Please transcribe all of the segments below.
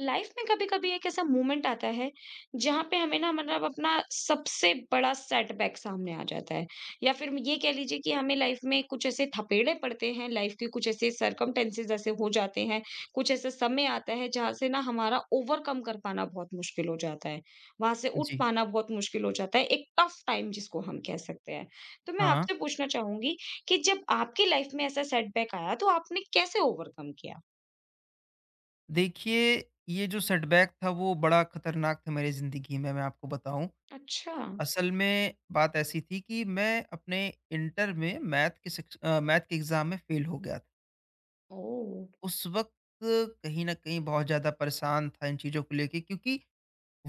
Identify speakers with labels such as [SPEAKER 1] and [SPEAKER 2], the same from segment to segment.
[SPEAKER 1] Life में कभी-कभी एक ऐसा मोमेंट आता है जहाँ पे हमें ना मतलब अपना सबसे बड़ा सेटबैक सामने आ जाता है। या फिर ये कह लीजिए कि हमें लाइफ में कुछ ऐसे थपेड़े पड़ते हैं, लाइफ के कुछ ऐसे सरकमटेंसेस ऐसे हो जाते हैं, कुछ ऐसा समय आता है जहाँ से ना हमारा ओवरकम कर पाना बहुत मुश्किल हो जाता है। वहां से उठ
[SPEAKER 2] जी,
[SPEAKER 1] पाना बहुत मुश्किल हो जाता है, एक टफ टाइम जिसको हम कह सकते हैं। तो मैं
[SPEAKER 2] हाँ।
[SPEAKER 1] आपसे पूछना चाहूंगी कि जब आपकी लाइफ में ऐसा सेटबैक आया तो आपने कैसे ओवरकम किया।
[SPEAKER 2] देखिए, ये जो सेटबैक था वो बड़ा खतरनाक था मेरी ज़िंदगी में मैं आपको बताऊँ।
[SPEAKER 1] अच्छा।
[SPEAKER 2] असल में बात ऐसी थी कि मैं अपने इंटर में मैथ के मैथ के एग्ज़ाम में फ़ेल हो गया था।
[SPEAKER 1] ओ।
[SPEAKER 2] उस वक़्त कहीं न कहीं बहुत ज़्यादा परेशान था इन चीज़ों को लेके क्योंकि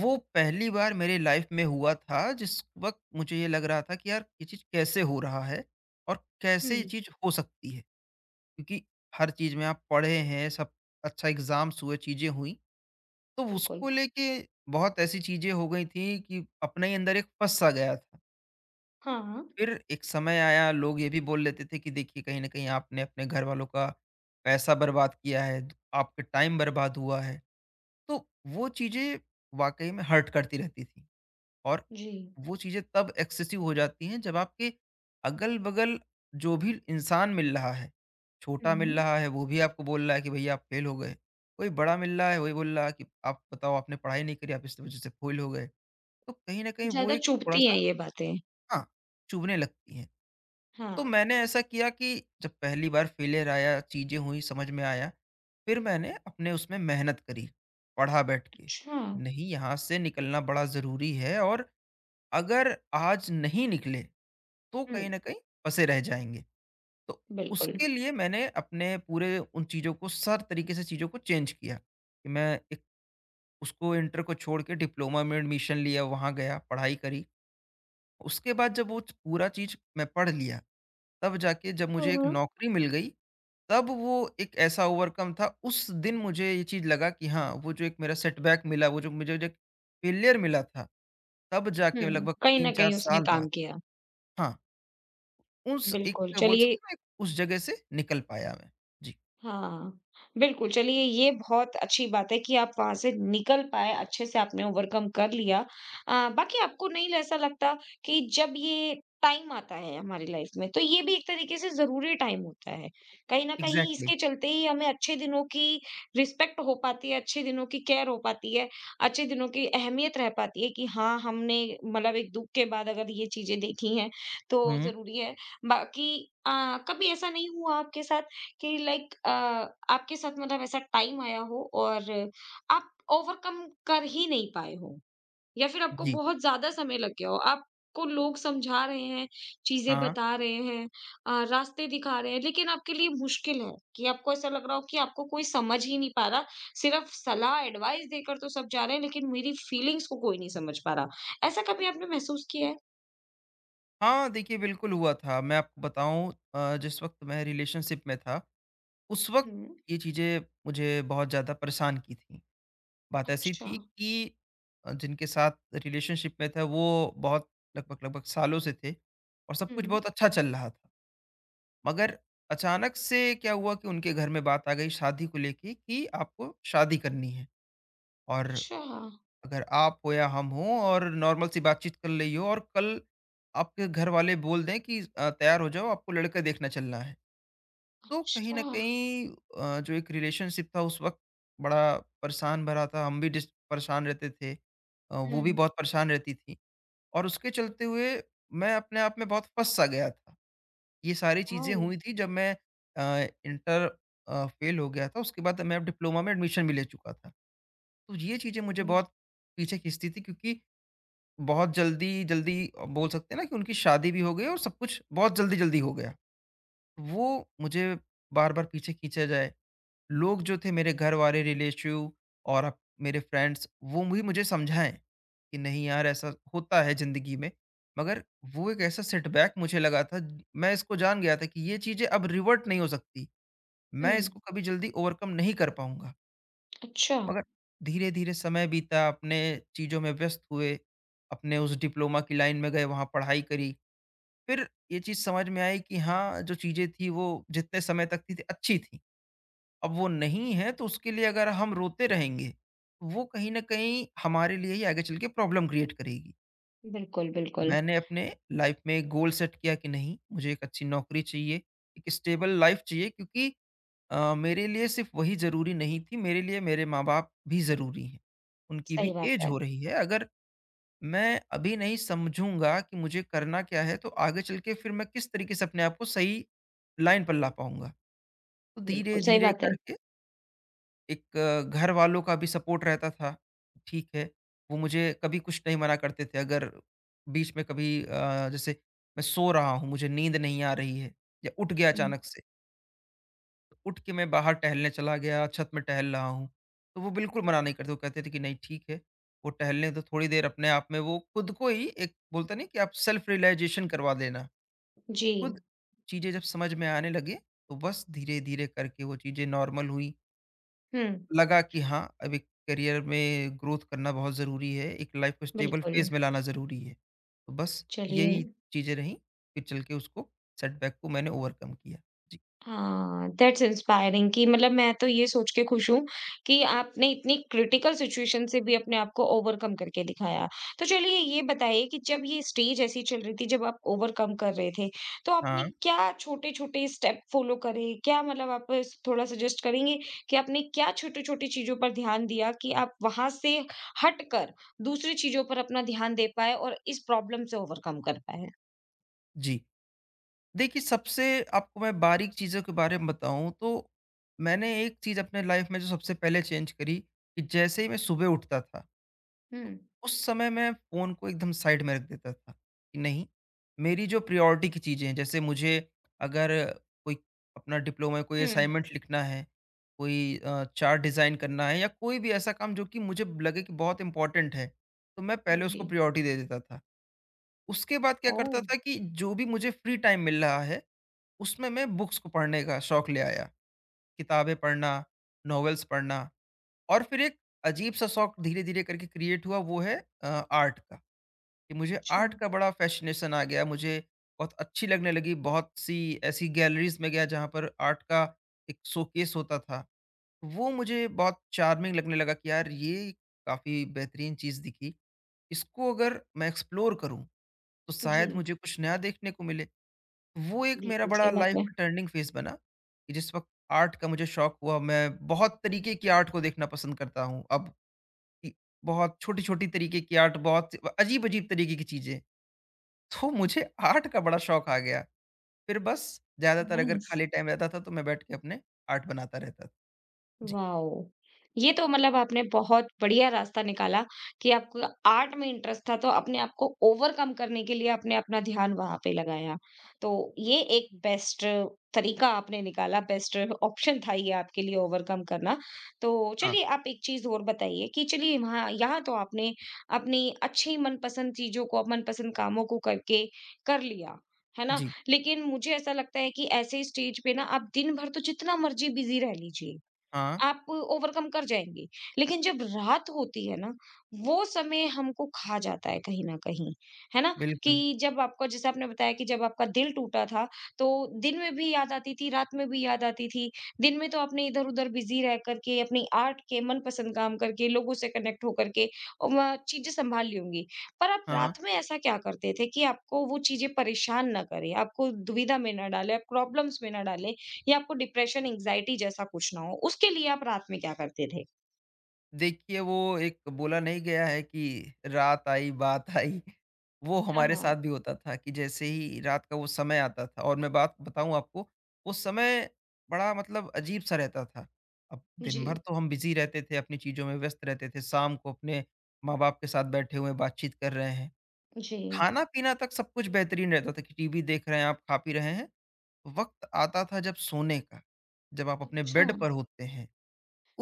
[SPEAKER 2] वो पहली बार मेरे लाइफ़ में हुआ था जिस वक़्त मुझे ये लग रहा था कि यार ये चीज़ कैसे हो रहा है और कैसे ये
[SPEAKER 1] हम्म।
[SPEAKER 2] चीज़ हो सकती है? क्योंकि हर चीज़ में आप पढ़े हैं, सब अच्छा एग्ज़ाम्स हुए, चीज़ें हुई। तो
[SPEAKER 1] बिल्कुल,
[SPEAKER 2] उसको लेके बहुत ऐसी चीज़ें हो गई थी कि अपने ही अंदर एक फँस सा गया था।
[SPEAKER 1] हाँ,
[SPEAKER 2] फिर एक समय आया लोग ये भी बोल लेते थे कि देखिए कहीं न कहीं आपने अपने घरवालों का पैसा बर्बाद किया है, आपका टाइम बर्बाद हुआ है। तो वो चीज़ें वाक़ई में हर्ट करती रहती थी। और
[SPEAKER 1] जी।
[SPEAKER 2] वो चीज़ें तब एक्सेसिव हो जाती हैं जब आपके अगल-बगल जो भी इंसान मिल रहा है, छोटा मिल
[SPEAKER 1] हुँ।
[SPEAKER 2] रहा है वो भी आपको बोल रहा है कि भैया आप फेल हो गए, कोई बड़ा मिल रहा है वही बोल रहा है कि आप बताओ आपने पढ़ाई नहीं करी आप इस वजह से फेल हो गए। तो कहीं न कहीं वो
[SPEAKER 1] ज़्यादा
[SPEAKER 2] एक
[SPEAKER 1] चुभती हैं
[SPEAKER 2] थोड़ा-सा
[SPEAKER 1] ये बातें।
[SPEAKER 2] हाँ, चुभने लगती हैं। तो
[SPEAKER 1] हाँ,
[SPEAKER 2] मैंने ऐसा किया कि जब पहली बार फेलियर आया, चीज़ें हुई, समझ में आया, फिर मैंने अपने उसमें मेहनत करी, पढ़ा बैठ के।
[SPEAKER 1] अच्छा।
[SPEAKER 2] नहीं यहाँ से निकलना बड़ा ज़रूरी है और अगर आज नहीं निकले तो
[SPEAKER 1] हुँ,
[SPEAKER 2] कहीं न कहीं फँसे रह जाएँगे। तो
[SPEAKER 1] बिल्कुल।
[SPEAKER 2] उसके लिए मैंने अपने पूरे उन चीज़ों को सर तरीके से चीज़ों को चेंज किया कि मैं एक उसको इंटर को छोड़ के डिप्लोमा में एडमिशन लिया, वहाँ गया, पढ़ाई करी। उसके बाद जब वो पूरा चीज़ मैं पढ़ लिया, तब जाके जब
[SPEAKER 1] हाँ,
[SPEAKER 2] मुझे एक
[SPEAKER 1] हाँ।
[SPEAKER 2] नौकरी मिल गई, तब वो एक ऐसा ओवरकम था उस दिन मुझे ये चीज़ लगा कि हाँ, वो जो एक मेरा सेटबैक मिला, वो जो मुझे जो एक फेलियर मिला था, तब जाके
[SPEAKER 1] हुँ,
[SPEAKER 2] लगभग
[SPEAKER 1] कहीं न
[SPEAKER 2] 3-4
[SPEAKER 1] कहीं उसने
[SPEAKER 2] साल बाद
[SPEAKER 1] काम किया।
[SPEAKER 2] हाँ। उस एक
[SPEAKER 1] बिल्कुल,
[SPEAKER 2] बोल सकते
[SPEAKER 1] चलिए।
[SPEAKER 2] हैं ना, एक उस जगह से निकल पाया मैं। जी,
[SPEAKER 1] हाँ, बिल्कुल, चलिए ये बहुत अच्छी बात है कि आप वहाँ से निकल पाए, अच्छे से आपने ओवरकम कर लिया। बाकी आपको नहीं ल ऐसा लगता कि जब ये टाइम आता है हमारी लाइफ में, तो ये भी एक तरीके से ज़रूरी टाइम होता है। कहीं न कहीं
[SPEAKER 2] एग्ज़ैक्टली।
[SPEAKER 1] इसके चलते ही हमें अच्छे दिनों की रिस्पेक्ट हो पाती है, अच्छे दिनों की केयर हो पाती है, अच्छे दिनों की अहमियत रह पाती है कि हाँ, हमने मतलब एक दुःख के बाद अगर ये चीज़ें देखी हैं, तो
[SPEAKER 2] हुँ,
[SPEAKER 1] ज़रूरी है। बाकी कभी ऐसा नहीं हुआ आपके साथ कि लाइक आपके साथ मतलब ऐसा टाइम आया हो और आप ओवरकम कर ही नहीं पाए हो या फिर आपको
[SPEAKER 2] जी,
[SPEAKER 1] बहुत ज़्यादा समय लग गया हो? आपको लोग समझा रहे हैं, चीज़ें
[SPEAKER 2] हाँ।
[SPEAKER 1] बता रहे हैं, रास्ते दिखा रहे हैं, लेकिन आपके लिए मुश्किल है कि आपको ऐसा लग रहा हो कि आपको कोई समझ ही नहीं पा रहा, सिर्फ़ सलाह, एडवाइस देकर तो सब जा रहे हैं, लेकिन मेरी फीलिंग्स को कोई नहीं समझ पा रहा। ऐसा कभी आपने महसूस किया है?
[SPEAKER 2] हाँ, देखिए बिल्कुल हुआ था। मैं आपको बताऊँ जिस वक़्त मैं रिलेशनशिप में था, उस वक़्त
[SPEAKER 1] हुँ।
[SPEAKER 2] ये चीज़ें मुझे बहुत ज़्यादा परेशान की थी। बात ऐसी
[SPEAKER 1] अच्छा।
[SPEAKER 2] थी कि जिनके साथ रिलेशनशिप में था वो बहुत लगभग-लगभग सालों से थे और सब
[SPEAKER 1] हुँ।
[SPEAKER 2] कुछ बहुत अच्छा चल रहा था। मगर अचानक से क्या हुआ कि उनके घर में बात आ गई शादी को लेके कि आपको शादी करनी है और
[SPEAKER 1] अच्छा,
[SPEAKER 2] अगर आप हो या हम हो और नॉर्मल सी बातचीत कर ली हो और कल आपके घर वाले बोल दें कि तैयार हो जाओ आपको लड़का देखना चलना है। तो कहीं
[SPEAKER 1] अच्छा।
[SPEAKER 2] न कहीं जो एक रिलेशनशिप था उस वक़्त बड़ा परेशान भरा था, हम भी डिस परेशान रहते थे। वो भी
[SPEAKER 1] हुँ।
[SPEAKER 2] बहुत परेशान रहती थी और उसके चलते हुए मैं अपने आप में बहुत फँस-सा गया था। ये सारी चीज़ें
[SPEAKER 1] ओह!
[SPEAKER 2] हुई थी जब मैं इंटर फेल हो गया था उसके बाद मैं अब डिप्लोमा में एडमिशन भी ले चुका था। तो ये चीज़ें मुझे बहुत पीछे खींचती थी क्योंकि बहुत जल्दी-जल्दी बोल सकते हैं ना कि उनकी शादी भी हो गई और सब कुछ बहुत जल्दी-जल्दी हो गया। वो मुझे बार-बार पीछे खींचा जाए। लोग जो थे मेरे घर वाले, रिलेटिव और अब मेरे फ्रेंड्स वो भी मुझे समझाएँ कि नहीं यार ऐसा होता है ज़िंदगी में। मगर वो एक ऐसा सेटबैक मुझे लगा था मैं इसको जान गया था कि ये चीज़ें अब रिवर्ट नहीं हो सकती।
[SPEAKER 1] हुँ।
[SPEAKER 2] मैं इसको कभी जल्दी ओवरकम नहीं कर पाऊँगा।
[SPEAKER 1] अच्छा।
[SPEAKER 2] मगर धीरे-धीरे समय बीता, अपने चीज़ों में व्यस्त हुए, अपने उस डिप्लोमा की लाइन में गए, वहाँ पढ़ाई करी। फिर ये चीज़ समझ में आई कि हाँ, जो चीज़ें थी वो जितने समय तक थी, अच्छी थी। अब वो नहीं है तो उसके लिए अगर हम रोते रहेंगे, वो कहीं न कहीं हमारे लिए ही आगे चल के प्रॉब्लम क्रिएट करेगी।
[SPEAKER 1] बिल्कुल, बिल्कुल।
[SPEAKER 2] मैंने अपने लाइफ़ में एक गोल सेट किया कि नहीं, मुझे एक अच्छी नौकरी चाहिए, एक स्टेबल लाइफ़ चाहिए क्योंकि मेरे लिए सिर्फ़ वही ज़रूरी नहीं थी, मेरे लिए मेरे माँ-बाप भी ज़रूरी हैं। उनकी
[SPEAKER 1] सही
[SPEAKER 2] भी
[SPEAKER 1] बात
[SPEAKER 2] एज
[SPEAKER 1] है।
[SPEAKER 2] हो रही है, अगर मैं अभी नहीं समझूँगा कि मुझे करना क्या है, तो आगे चल के फिर मैं किस तरीके से अपने आप को सही लाइन पर ला पाऊँगा। तो
[SPEAKER 1] बिल्कुल सही
[SPEAKER 2] धीरे-धीरे
[SPEAKER 1] बात है।
[SPEAKER 2] करके एक घरवालों का भी सपोर्ट रहता था, ठीक है, वो मुझे कभी कुछ नहीं मना करते थे। अगर बीच में कभी जैसे मैं सो रहा हूँ, मुझे नींद नहीं आ रही है या उठ गया
[SPEAKER 1] हुँ।
[SPEAKER 2] अचानक से तो उठ के मैं बाहर टहलने चला गया, छत में टहल रहा हूँ, तो वो बिल्कुल मना नहीं करते, वो कहते थे कि नहीं ठीक है, वो टहलने दो थोड़ी देर अपने आप में वो खुद को ही एक बोलते नहीं कि आप सेल्फ रियलाइज़ेशन करवा देना।
[SPEAKER 1] जी।
[SPEAKER 2] खुद चीज़ें जब समझ में आने लगे, तो बस धीरे-धीरे करके वो चीज़ें नॉर्मल हुई।
[SPEAKER 1] हुँ,
[SPEAKER 2] लगा कि हाँ, अब एक करियर में ग्रोथ करना बहुत ज़रूरी है, एक लाइफ़ को स्टेबल
[SPEAKER 1] बिल्कुल।
[SPEAKER 2] फ़ेज़ में लाना ज़रूरी है। तो बस
[SPEAKER 1] चलिए।
[SPEAKER 2] यही चीज़ें रहीं, फिर चल के उसको सेटबैक को मैंने ओवरकम किया। जी।
[SPEAKER 1] हाँ, दैट्स इंस्पायरिंग कि मतलब मैं तो ये सोच के खुश हूँ कि आपने इतनी क्रिटिकल सिचुएशन से भी अपने आप को ओवरकम करके दिखाया। तो चलिए ये बताइए कि जब ये स्टेज ऐसी चल रही थी जब आप ओवरकम कर रहे थे, तो आपने
[SPEAKER 2] हाँ,
[SPEAKER 1] क्या छोटे-छोटे स्टेप फ़ॉलो करे? क्या मतलब आप स थोड़ा सजेस्ट करेंगे कि आपने क्या छोटी-छोटी चीज़ों पर ध्यान दिया कि आप वहाँ से हटकर दूसरी चीज़ों पर अपना ध्यान दे पाए और इस प्रॉब्लम से ओवरकम कर पाए?
[SPEAKER 2] जी। देखिए सबसे आपको मैं बारीक चीज़ों के बारे में बताऊँ तो, मैंने एक चीज़ अपने लाइफ़ में जो सबसे पहले चेंज करी कि जैसे ही मैं सुबह उठता था, तो
[SPEAKER 1] हुँ।
[SPEAKER 2] उस समय मैं फ़ोन को एकदम साइड में रख देता था कि नहीं, मेरी जो प्रायोरिटी की चीज़ें हैं जैसे मुझे अगर कोई अपना डिप्लोमा कोई
[SPEAKER 1] हुँ,
[SPEAKER 2] असाइनमेंट लिखना है, कोई चार्ट डिज़ाइन करना है या कोई भी ऐसा काम जो कि मुझे लगे कि बहुत इम्पोर्टेंट है, तो मैं पहले
[SPEAKER 1] जी।
[SPEAKER 2] उसको प्रायोरिटी दे देता था। उसके बाद क्या करता
[SPEAKER 1] ओह!
[SPEAKER 2] था कि जो भी मुझे फ्री टाइम मिल रहा है उसमें मैं बुक्स को पढ़ने का शौक ले आया। किताबें पढ़ना, नॉवेल्स पढ़ना और फिर एक अजीब-सा शौक धीरे-धीरे करके क्रिएट हुआ वो है आर्ट का कि मुझे
[SPEAKER 1] अच्छा,
[SPEAKER 2] आर्ट का बड़ा फ़ैसिनेशन आ गया। मुझे बहुत अच्छी लगने लगी, बहुत-सी ऐसी गैलरीज़ में गया जहाँ पर आर्ट का एक शोकेस होता था। वो मुझे बहुत चार्मिंग लगने लगा कि यार ये काफ़ी बेहतरीन चीज़ दिखी। इसको अगर मैं एक्सप्लोर करूँ, तो शायद
[SPEAKER 1] जी।
[SPEAKER 2] मुझे कुछ नया देखने को मिले। वो एक मेरा
[SPEAKER 1] बिल्कुल
[SPEAKER 2] बड़ा
[SPEAKER 1] सही बात
[SPEAKER 2] लाइफ
[SPEAKER 1] है।
[SPEAKER 2] का टर्निंग फेज़ बना, कि जिस वक़्त आर्ट का मुझे शौक हुआ, मैं बहुत तरीके की आर्ट को देखना पसंद करता हूँ। अब इ बहुत छोटी-छोटी तरीके की आर्ट, बहुत अजीब-अजीब तरीके की चीज़ें। तो मुझे आर्ट का बड़ा शौक आ गया। फिर बस ज़्यादातर अगर
[SPEAKER 1] नाइस।
[SPEAKER 2] खाली टाइम रहता था, तो मैं बैठ के अपने आर्ट बनाता रहता था। जी।
[SPEAKER 1] वाओ! ये तो मतलब आपने बहुत बढ़िया रास्ता निकाला कि आपको आर्ट में इंटरेस्ट था, तो अपने आप को ओवरकम करने के लिए आपने अपना ध्यान वहाँ पे लगाया। तो ये एक बेस्ट तरीका आपने निकाला, बेस्ट ऑप्शन था ये आपके लिए ओवरकम करना। तो
[SPEAKER 2] हाँ।
[SPEAKER 1] चलिए आप एक चीज़ और बताइए कि चलिए वहाँ यहाँ तो आपने अपनी अच्छी मनपसंद चीज़ों को, मनपसंद कामों को करके कर लिया, है ना?
[SPEAKER 2] जी।
[SPEAKER 1] लेकिन मुझे ऐसा लगता है कि ऐसे स्टेज पे ना आप दिन भर तो जितना मर्ज़ी बिज़ी रह लीजिए,
[SPEAKER 2] हाँ,
[SPEAKER 1] आप ओवरकम कर जाएँगे। लेकिन जब रात होती है ना, वो समय हमको खा जाता है कहीं न कहीं, है ना?
[SPEAKER 2] बिल्कुल।
[SPEAKER 1] कि जब आपका जैसे आपने बताया कि जब आपका दिल टूटा था, तो दिन में भी याद आती थी, रात में भी याद आती थी। दिन में तो आपने इधर-उधर बिज़ी रह कर के, अपनी आर्ट के मनपसंद काम करके, लोगों से कनेक्ट होकर के अ, व चीज़ें सँभाल ली होंगी। पर आप
[SPEAKER 2] हाँ।
[SPEAKER 1] रात में ऐसा क्या करते थे कि आपको वो चीज़ें परेशान ना करें, आपको दुविधा में ना डालें, आप प्रॉब्लम्स में ना डालें? या आपको डिप्रेशन, एंग्ज़ायटी जैसा कुछ ना हो, उसके लिए आप रात में क्या करते थे?
[SPEAKER 2] देखिए वो एक बोला नहीं गया है कि रात आई बात आई, वो
[SPEAKER 1] हाँ,
[SPEAKER 2] हमारे
[SPEAKER 1] हाँ।
[SPEAKER 2] साथ भी होता था कि जैसे ही रात का वो समय आता था और मैं बात बताऊँ आपको, वो समय बड़ा मतलब अजीब-सा रहता था। अब दिन भर
[SPEAKER 1] जी।
[SPEAKER 2] तो हम बिज़ी रहते थे, अपनी चीज़ों में व्यस्त रहते थे, शाम को अपने माँ-बाप के साथ बैठे हुए हैं, बातचीत कर रहे हैं।
[SPEAKER 1] जी।
[SPEAKER 2] खाना-पीना तक सब कुछ बेहतरीन रहता था कि टीवी देख रहे हैं आप, खा-पी रहे हैं। वक़्त आता था जब सोने का, जब आप अपने
[SPEAKER 1] अच्छा।
[SPEAKER 2] बेड पर होते हैं।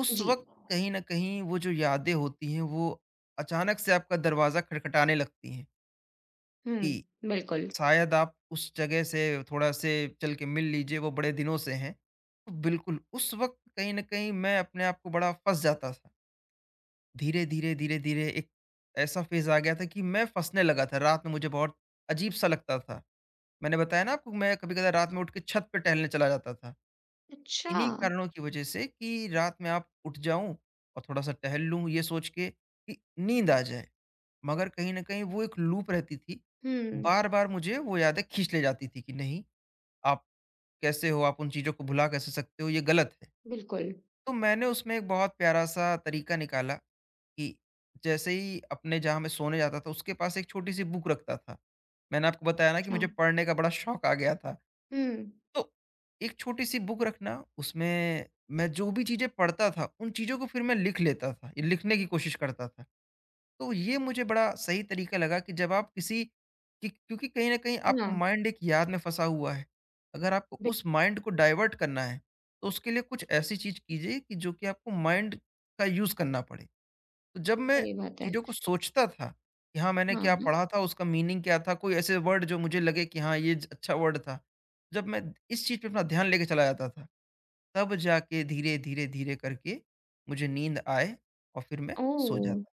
[SPEAKER 2] उस
[SPEAKER 1] जी।
[SPEAKER 2] वक़्त कहीं न कहीं वो जो यादें होती हैं, वो अचानक से आपका दरवाज़ा खटखटाने लगती हैं
[SPEAKER 1] हुँ,
[SPEAKER 2] कि
[SPEAKER 1] बिल्कुल।
[SPEAKER 2] शायद आप उस जगह से थोड़ा-से चल के मिल लीजिए, वो बड़े दिनों से हैं। तो बिल्कुल, उस वक़्त कहीं न कहीं मैं अपने आप को बड़ा फँस जाता था। धीरे-धीरे, धीरे-धीरे एक ऐसा फ़ेज़ आ गया था कि मैं फँसने लगा था, रात में मुझे बहुत अजीब-सा लगता था। मैंने बताया ना आपको मैं कभी-कभार रात में उठ के छत पे टहलने चला जाता था।
[SPEAKER 1] अच्छा।
[SPEAKER 2] इन्हीं कारणों की वजह से कि रात में आप उठ जाऊँ और थोड़ा-सा टहल लूँ ये सोच के कि नींद आ जाए। मगर कहीं न कहीं वो एक लूप रहती थी।
[SPEAKER 1] हुँ,
[SPEAKER 2] बार-बार मुझे वो यादें खींच ले जाती थी कि नहीं, आप कैसे हो? आप उन चीज़ों को भुला कैसे सकते हो? ये गलत है।
[SPEAKER 1] बिल्कुल।
[SPEAKER 2] तो मैंने उसमें एक बहुत प्यारा-सा तरीका निकाला कि जैसे ही अपने जहाँ मैं सोने जाता था उसके पास एक छोटी-सी बुक रखता था। मैंने आपको बताया ना कि
[SPEAKER 1] अच्छा।
[SPEAKER 2] मुझे पढ़ने का बड़ा शौक आ गया था।
[SPEAKER 1] हुँ।
[SPEAKER 2] तो एक छोटी-सी बुक रखना, उसमें मैं जो भी चीज़ें पढ़ता था, उन चीज़ों को फिर मैं लिख लेता था, ये लिखने की कोशिश करता था। तो ये मुझे बड़ा सही तरीका लगा कि जब आप किसी कि क्योंकि कहीं न कहीं
[SPEAKER 1] हाँ,
[SPEAKER 2] आपका माइंड एक याद में फँसा हुआ है। अगर आपको
[SPEAKER 1] बिल्कुल
[SPEAKER 2] उस माइंड को डाइवर्ट करना है, तो उसके लिए कुछ ऐसी चीज़ कीजिए कि जो कि आपको माइंड का यूज़ करना पड़े। तो जब मैं
[SPEAKER 1] सही बात है।
[SPEAKER 2] चीज़ों को सोचता था कि हाँ, मैंने
[SPEAKER 1] हाँ,
[SPEAKER 2] क्या
[SPEAKER 1] हाँ।
[SPEAKER 2] पढ़ा था, उसका मीनिंग क्या था, कोई ऐसे वर्ड जो मुझे लगे कि हाँ, ये ज अच्छा वर्ड था। जब मैं इस चीज़ पे अपना ध्यान लेके चला जाता था, तब जाके धीरे-धीरे, धीरे धीरे करके मुझे नींद आए और फिर मैं सो
[SPEAKER 1] ओह!
[SPEAKER 2] जाता।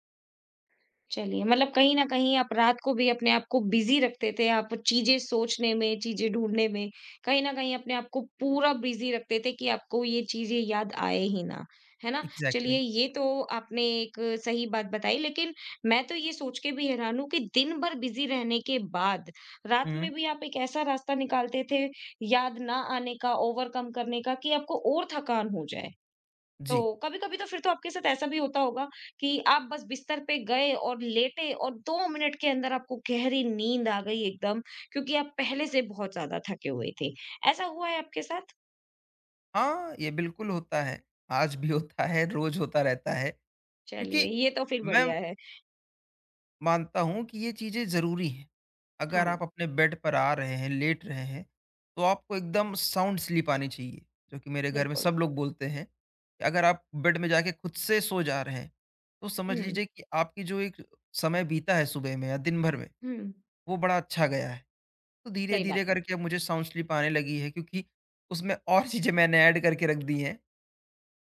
[SPEAKER 1] चलिए, मतलब कहीं न कहीं आप रात को भी अपने आप को बिज़ी रखते थे, आप चीज़ें सोचने में, चीज़ें ढूँढने में, कहीं न कहीं अपने आप को पूरा बिज़ी रखते थे कि आपको ये चीज़ें याद आए ही ना, है ना? चलिए
[SPEAKER 2] एग्ज़ैक्टली।
[SPEAKER 1] ये तो आपने एक सही बात बताई लेकिन मैं तो ये सोच के भी हैरान हूँ कि दिन भर बिज़ी रहने के बाद, रात
[SPEAKER 2] हुँ,
[SPEAKER 1] में भी आप एक ऐसा रास्ता निकालते थे, याद ना आने का, ओवरकम करने का कि आपको और थकान हो जाए। तो
[SPEAKER 2] जी।
[SPEAKER 1] कभी-कभी तो फिर तो आपके साथ ऐसा भी होता होगा कि आप बस बिस्तर पे गए और लेटे और 2 मिनट के अंदर आपको गहरी नींद आ गई एकदम, क्योंकि आप पहले से बहुत ज़्यादा थके हुए थे। ऐसा हुआ है आपके साथ?
[SPEAKER 2] हाँ, ये बिल्कुल होता है। आज भी होता है, रोज़ होता रहता है,
[SPEAKER 1] चलिए,
[SPEAKER 2] क्योंकि
[SPEAKER 1] ये तो फिर
[SPEAKER 2] मैं
[SPEAKER 1] बढ़िया है।
[SPEAKER 2] मानता हूँ कि ये चीज़ें ज़रूरी हैं। अगर
[SPEAKER 1] हाँ,
[SPEAKER 2] आप अपने बेड पर आ रहे हैं, लेट रहे हैं, तो आपको एकदम साउंड स्लीप आनी चाहिए, जो कि मेरे घर में
[SPEAKER 1] बिल्कुल।
[SPEAKER 2] सब लोग बोलते हैं। कि अगर आप बेड में जाके खुद से सो जा रहे हैं, तो समझ
[SPEAKER 1] हुँ,
[SPEAKER 2] लीजिए कि आपकी जो एक समय बीता है सुबह में या दिन भर में,
[SPEAKER 1] हुँ।
[SPEAKER 2] वो बड़ा अच्छा गया है। तो
[SPEAKER 1] सही
[SPEAKER 2] धीरे-धीरे
[SPEAKER 1] बात है।
[SPEAKER 2] करके अब मुझे साउंड स्लीप आने लगी है क्योंकि उसमें और चीज़ें मैंने ऐड करके रख दी हैं।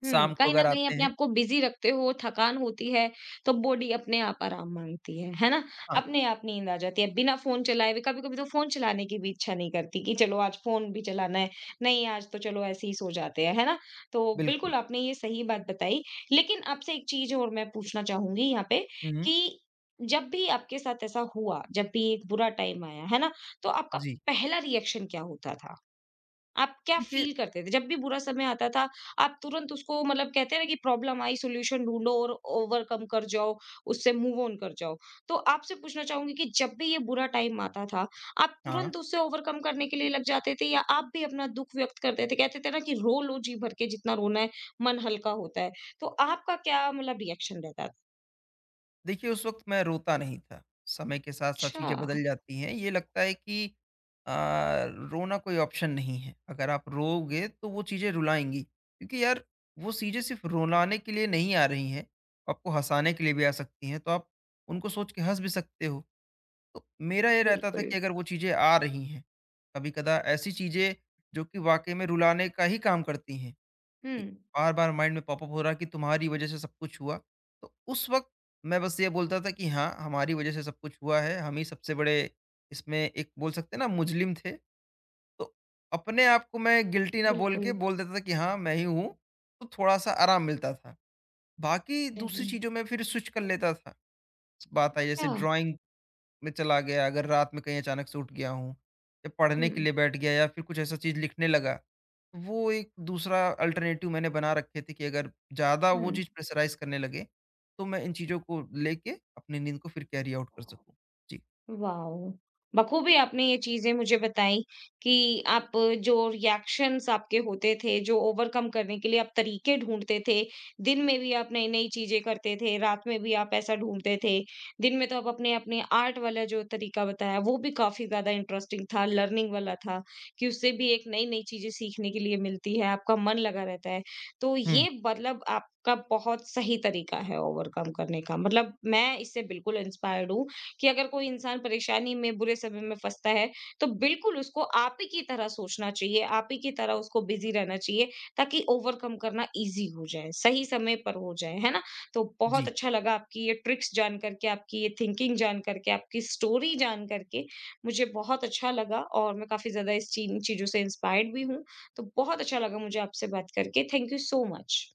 [SPEAKER 1] हुँ,
[SPEAKER 2] शाम को
[SPEAKER 1] कहीं न
[SPEAKER 2] अगर
[SPEAKER 1] कहीं
[SPEAKER 2] आते
[SPEAKER 1] अपने
[SPEAKER 2] हैं
[SPEAKER 1] आप को बिज़ी रखते हो, थकान होती है, तो बॉडी अपने आप आराम माँगती है ना?
[SPEAKER 2] हाँ,
[SPEAKER 1] अपने आप नींद आ जाती है, बिना फ़ोन चलाए हुए, कभी-कभी तो फ़ोन चलाने की भी इच्छा नहीं करती कि चलो आज फ़ोन भी चलाना है, नहीं आज तो चलो ऐसे ही सो जाते हैं, है ना? तो
[SPEAKER 2] बिल्कुल।
[SPEAKER 1] बिल्कुल आपने ये सही बात बताई, लेकिन आपसे एक चीज़ और मैं पूछना चाहूँगी यहाँ पे
[SPEAKER 2] हुँ, हुँ।
[SPEAKER 1] कि जब भी आपके साथ ऐसा हुआ, जब भी एक बुरा टाइम आया, है ना? तो आपका
[SPEAKER 2] जी।
[SPEAKER 1] पहला रिएक्शन क्या होता था? आप क्या
[SPEAKER 2] देखिए
[SPEAKER 1] फ़ील करते थे? जब भी बुरा समय आता था, आप तुरंत उसको मतलब कहते हैं ना कि प्रॉब्लम आई सॉल्यूशन ढूँढो और ओवरकम कर जाओ, उससे मूव ऑन कर जाओ। तो आपसे पूछना चाहूँगी कि जब भी ये बुरा टाइम आता था, आप
[SPEAKER 2] हाँ।
[SPEAKER 1] तुरंत उससे ओवरकम करने के लिए लग जाते थे या आप भी अपना दुःख व्यक्त करते थे? कहते थे ना कि रो लो जी भर के जितना रोना है, मन हल्का होता है। तो आपका क्या मतलब रिएक्शन रहता था?
[SPEAKER 2] देखिए, उस वक़्त मैं रोता नहीं था। समय के साथ-साथ
[SPEAKER 1] अच्छा।
[SPEAKER 2] चीज़ें बदल जाती हैं। ये लगता है कि अ, रोना कोई ऑप्शन नहीं है। अगर आप रोओगे तो वो चीज़ें रुलाएँगी। क्योंकि यार वो चीज़ें सिर्फ़ रुलाने के लिए नहीं आ रही हैं, आपको हँसाने के लिए भी आ सकती हैं, तो आप उनको सोच के हँस भी सकते हो। तो मेरा ये रहता था
[SPEAKER 1] बिल्कुल।
[SPEAKER 2] कि अगर वो चीज़ें आ रही हैं, कभी-कदा ऐसी चीज़ें जो कि वाक़ई में रुलाने का ही काम करती हैं,
[SPEAKER 1] हुँ,
[SPEAKER 2] कि बार-बार माइंड में पॉप अप हो रहा है कि तुम्हारी वज़ह से सब कुछ हुआ। तो उस वक़्त मैं बस ये बोलता था कि हाँ, हमारी वज़ह से सब कुछ हुआ है, हम ही सबसे बड़े इसमें एक बोल सकते हैं ना मुज़लिम थे। तो अपने आप को मैं गिल्टी ना बोल के
[SPEAKER 1] बिल्कुल।
[SPEAKER 2] बोल देता था कि हाँ, मैं ही हूँ, तो थोड़ा-सा आराम मिलता था। बाकी दूसरी
[SPEAKER 1] चलिए।
[SPEAKER 2] चीज़ों में फिर स्विच कर लेता था। बात आई जैसे
[SPEAKER 1] अच्छा,
[SPEAKER 2] ड्राइंग में चला गया, अगर रात में कहीं अचानक से उठ गया हूँ या पढ़ने के
[SPEAKER 1] हुँ,
[SPEAKER 2] लिए बैठ गया या फिर कुछ ऐसा चीज़ लिखने लगा। वो एक दूसरा अल्टरनेटिव मैंने बना रखे थे कि अगर ज़्यादा वो
[SPEAKER 1] हुँ।
[SPEAKER 2] चीज़ प्रेशराइज़ करने लगे, तो मैं इन चीज़ों को लेके अपनी नींद को फिर कैरी आउट कर सकूँ। जी।
[SPEAKER 1] वाओ! बखूबी आपने ये चीज़ें मुझे बताई कि आप जो रिएक्शंस आपके होते थे, जो ओवरकम करने के लिए आप तरीके ढूँढते थे। दिन में भी आप नई-नई चीज़ें करते थे, रात में भी आप ऐसा ढूँढते थे। दिन में तो आप अपने अपने आर्ट वाला जो तरीका बताया, वो भी काफ़ी ज़्यादा इंटरेस्टिंग था, लर्निंग वाला था कि उससे भी एक नई-नई चीज़ें सीखने के लिए मिलती है, आपका मन लगा रहता है। तो
[SPEAKER 2] हुँ।
[SPEAKER 1] ये मतलब आपका बहुत सही तरीका है ओवरकम करने का। मतलब मैं इससे बिल्कुल इंस्पायर्ड हूँ कि अगर कोई इंसान परेशानी में, बुरे समय में फँसता है, तो बिल्कुल उसको आप ही की तरह सोचना चाहिए, आप ही की तरह उसको बिज़ी रहना चाहिए, ताकि ओवरकम करना ईज़ी हो जाए, सही समय पर हो जाए, है ना? तो बहुत
[SPEAKER 2] जी।
[SPEAKER 1] अच्छा लगा आपकी ये ट्रिक्स जान कर के, आपकी ये थिंकिंग जान कर के, आपकी स्टोरी जान कर के, मुझे बहुत अच्छा लगा और मैं काफ़ी ज़्यादा इस चीन चीज़ों से इंस्पायर्ड भी हूँ। तो बहुत अच्छा लगा मुझे आपसे बात करके। Thank you so much.